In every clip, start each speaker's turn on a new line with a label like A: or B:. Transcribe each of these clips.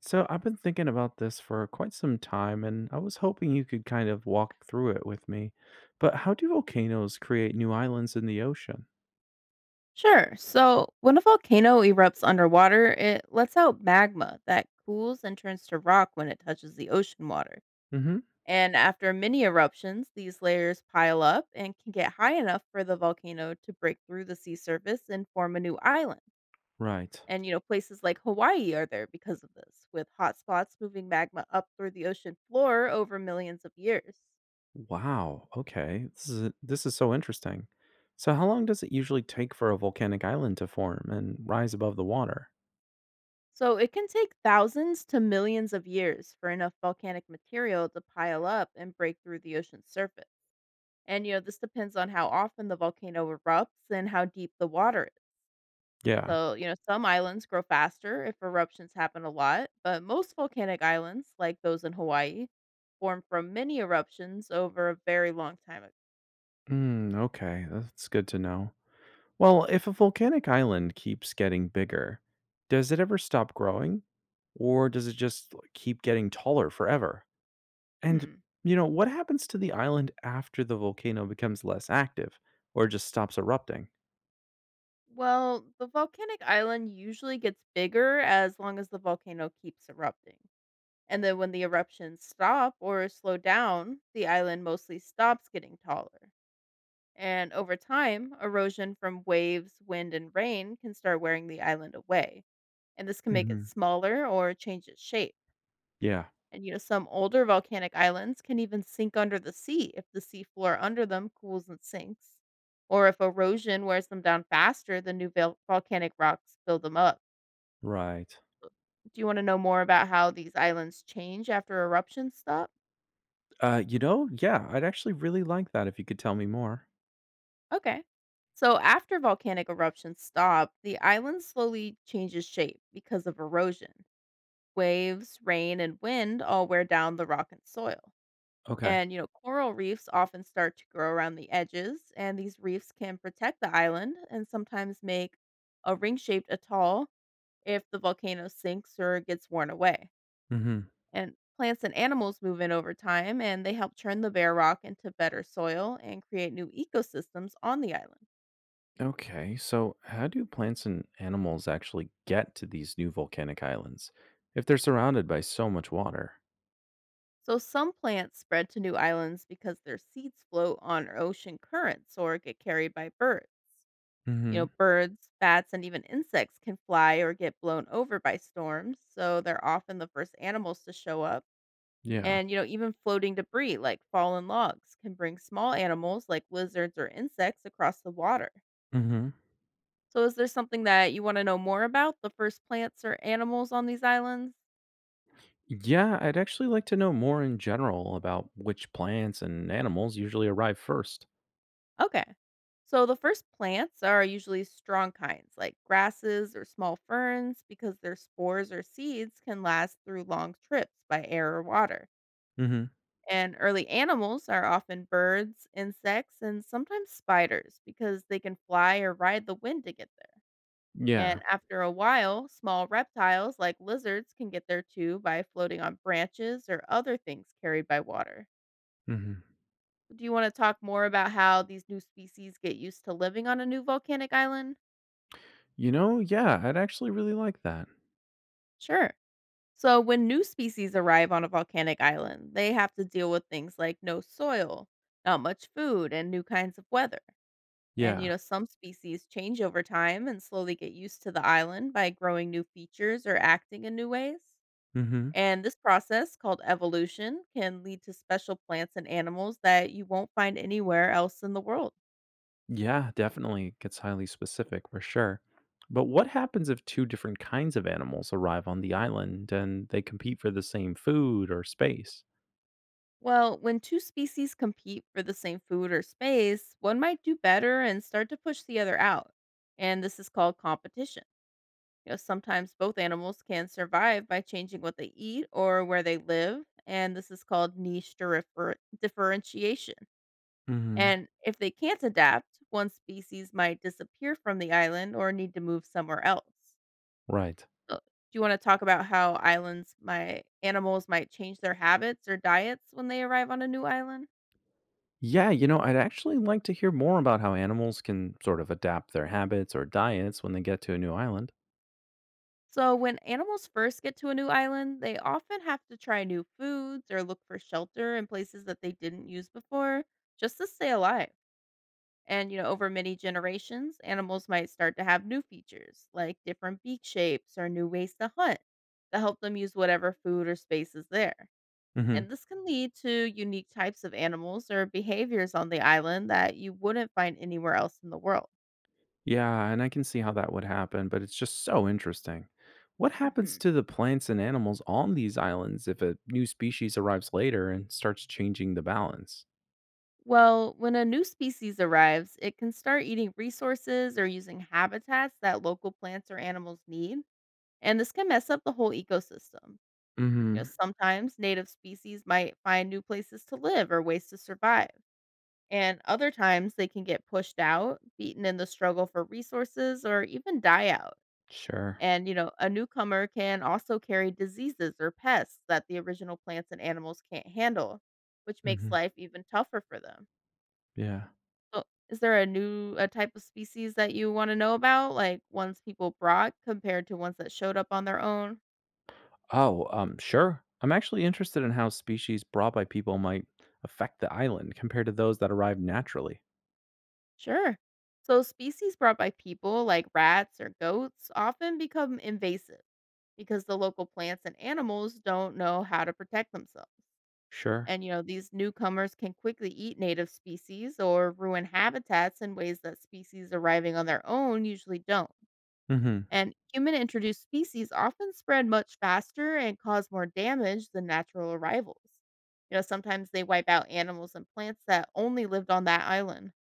A: So I've been thinking about this for quite some time, and I was hoping you could kind of walk through it with me. But how do volcanoes create new islands in the ocean?
B: Sure. So when a volcano erupts underwater, it lets out magma that cools and turns to rock when it touches the ocean water.
A: Mm-hmm.
B: And after many eruptions, these layers pile up and can get high enough for the volcano to break through the sea surface and form a new island.
A: Right.
B: And, you know, places like Hawaii are there because of this, with hot spots moving magma up through the ocean floor over millions of years.
A: Wow. Okay. This is so interesting. So how long does it usually take for a volcanic island to form and rise above the water?
B: So it can take thousands to millions of years for enough volcanic material to pile up and break through the ocean's surface. And you know, this depends on how often the volcano erupts and how deep the water is.
A: Yeah.
B: So, you know, some islands grow faster if eruptions happen a lot, but most volcanic islands, like those in Hawaii, form from many eruptions over a very long time ago.
A: Mm, okay. That's good to know. Well, if a volcanic island keeps getting bigger, does it ever stop growing? Or does it just like, keep getting taller forever? And,
B: Hmm.
A: you know, what happens to the island after the volcano becomes less active or just stops erupting?
B: Well, the volcanic island usually gets bigger as long as the volcano keeps erupting. And then when the eruptions stop or slow down, the island mostly stops getting taller. And over time, erosion from waves, wind, and rain can start wearing the island away. And this can make it
A: Hmm.
B: smaller or change its shape.
A: Yeah,
B: And you know, some older volcanic islands can even sink under the sea if the seafloor under them cools and sinks, or if erosion wears them down faster than new volcanic rocks build them up.
A: right.
B: Do you want to know more about how these islands change after eruptions stop?
A: Yeah, I'd actually really like that if you could tell me more.
B: Okay. So after volcanic eruptions stop, the island slowly changes shape because of erosion. Waves, rain, and wind all wear down the rock and soil.
A: Okay.
B: And, you know, coral reefs often start to grow around the edges, and these reefs can protect the island and sometimes make a ring shaped atoll if the volcano sinks or gets worn away.
A: Hmm.
B: And plants and animals move in over time, and they help turn the bare rock into better soil and create new ecosystems on the island.
A: Okay, so how do plants and animals actually get to these new volcanic islands if they're surrounded by so much water?
B: So, some plants spread to new islands because their seeds float on ocean currents or get carried by birds. You know,
A: Hmm.
B: birds, bats, and even insects can fly or get blown over by storms, so they're often the first animals to show up.
A: Yeah.
B: And, you know, even floating debris like fallen logs can bring small animals like lizards or insects across the water.
A: Hmm.
B: So, is there something that you want to know more about the first plants or animals on these islands?
A: Yeah, I'd actually like to know more in general about which plants and animals usually arrive first.
B: Okay. So the first plants are usually strong kinds like grasses or small ferns because their spores or seeds can last through long trips by air or water.
A: Hmm.
B: And early animals are often birds, insects, and sometimes spiders because they can fly or ride the wind to get there.
A: Yeah.
B: And after a while, small reptiles like lizards can get there too by floating on branches or other things carried by water.
A: Hmm.
B: Do you want to talk more about how these new species get used to living on a new volcanic island?
A: Yeah, I'd actually really like that.
B: Sure. So, when new species arrive on a volcanic island, they have to deal with things like no soil, not much food, and new kinds of weather. And, you
A: Yeah.
B: know, some species change over time and slowly get used to the island by growing new features or acting in new ways.
A: Mhm.
B: And this process, called evolution, can lead to special plants and animals that you won't find anywhere else in the world.
A: Yeah, definitely. It gets highly specific for sure. But what happens if two different kinds of animals arrive on the island and they compete for the same food or space?
B: Well, when two species compete for the same food or space, one might do better and start to push the other out. And this is called competition. You know, sometimes both animals can survive by changing what they eat or where they live, and this is called niche differentiation.
A: Mhm.
B: And if they can't adapt, one species might disappear from the island or need to move somewhere else.
A: Right.
B: So, do you want to talk about how islands my animals might change their habits or diets when they arrive on a new island?
A: Yeah, I'd actually like to hear more about how animals can sort of adapt their habits or diets when they get to a new island.
B: So, when animals first get to a new island, they often have to try new foods or look for shelter in places that they didn't use before just to stay alive. And, you know, over many generations, animals might start to have new features like different beak shapes or new ways to hunt that help them use whatever food or space is there.
A: Mhm.
B: And this can lead to unique types of animals or behaviors on the island that you wouldn't find anywhere else in the world.
A: Yeah, and I can see how that would happen, but it's just so interesting. What
B: Mhm.
A: happens to the plants and animals on these islands if a new species arrives later and starts changing the balance?
B: Well, when a new species arrives, it can start eating resources or using habitats that local plants or animals need, and this can mess up the whole ecosystem. You know,
A: Mm-hmm.
B: sometimes native species might find new places to live or ways to survive, and other times they can get pushed out, beaten in the struggle for resources, or even die out.
A: Sure.
B: And, you know, a newcomer can also carry diseases or pests that the original plants and animals can't handle, which makes
A: Hmm.
B: life even tougher for them.
A: Yeah.
B: So, is there a type of species that you wanna know about, like, ones people brought compared to ones that showed up on their own?
A: Oh, sure. I'm actually interested in how species brought by people might affect the island compared to those that arrived naturally.
B: Sure. So species brought by people, like rats or goats, often become invasive because the local plants and animals don't know how to protect themselves.
A: Sure.
B: And, you know, these newcomers can quickly eat native species or ruin habitats in ways that species arriving on their own usually don't.
A: Hmm.
B: And human introduced species often spread much faster and cause more damage than natural arrivals. You know, sometimes they wipe out animals and plants that only lived on that island.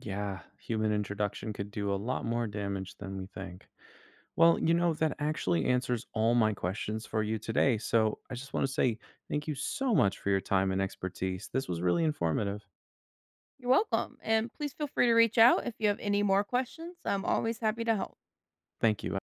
A: Yeah, human introduction could do a lot more damage than we think. Well,
B: Hmm.
A: that actually answers all my questions for you today. So I just want to say thank you so much for your time and expertise. This was really informative.
B: You're welcome. And please feel free to reach out if you have any more questions. I'm always happy to help.
A: Thank you.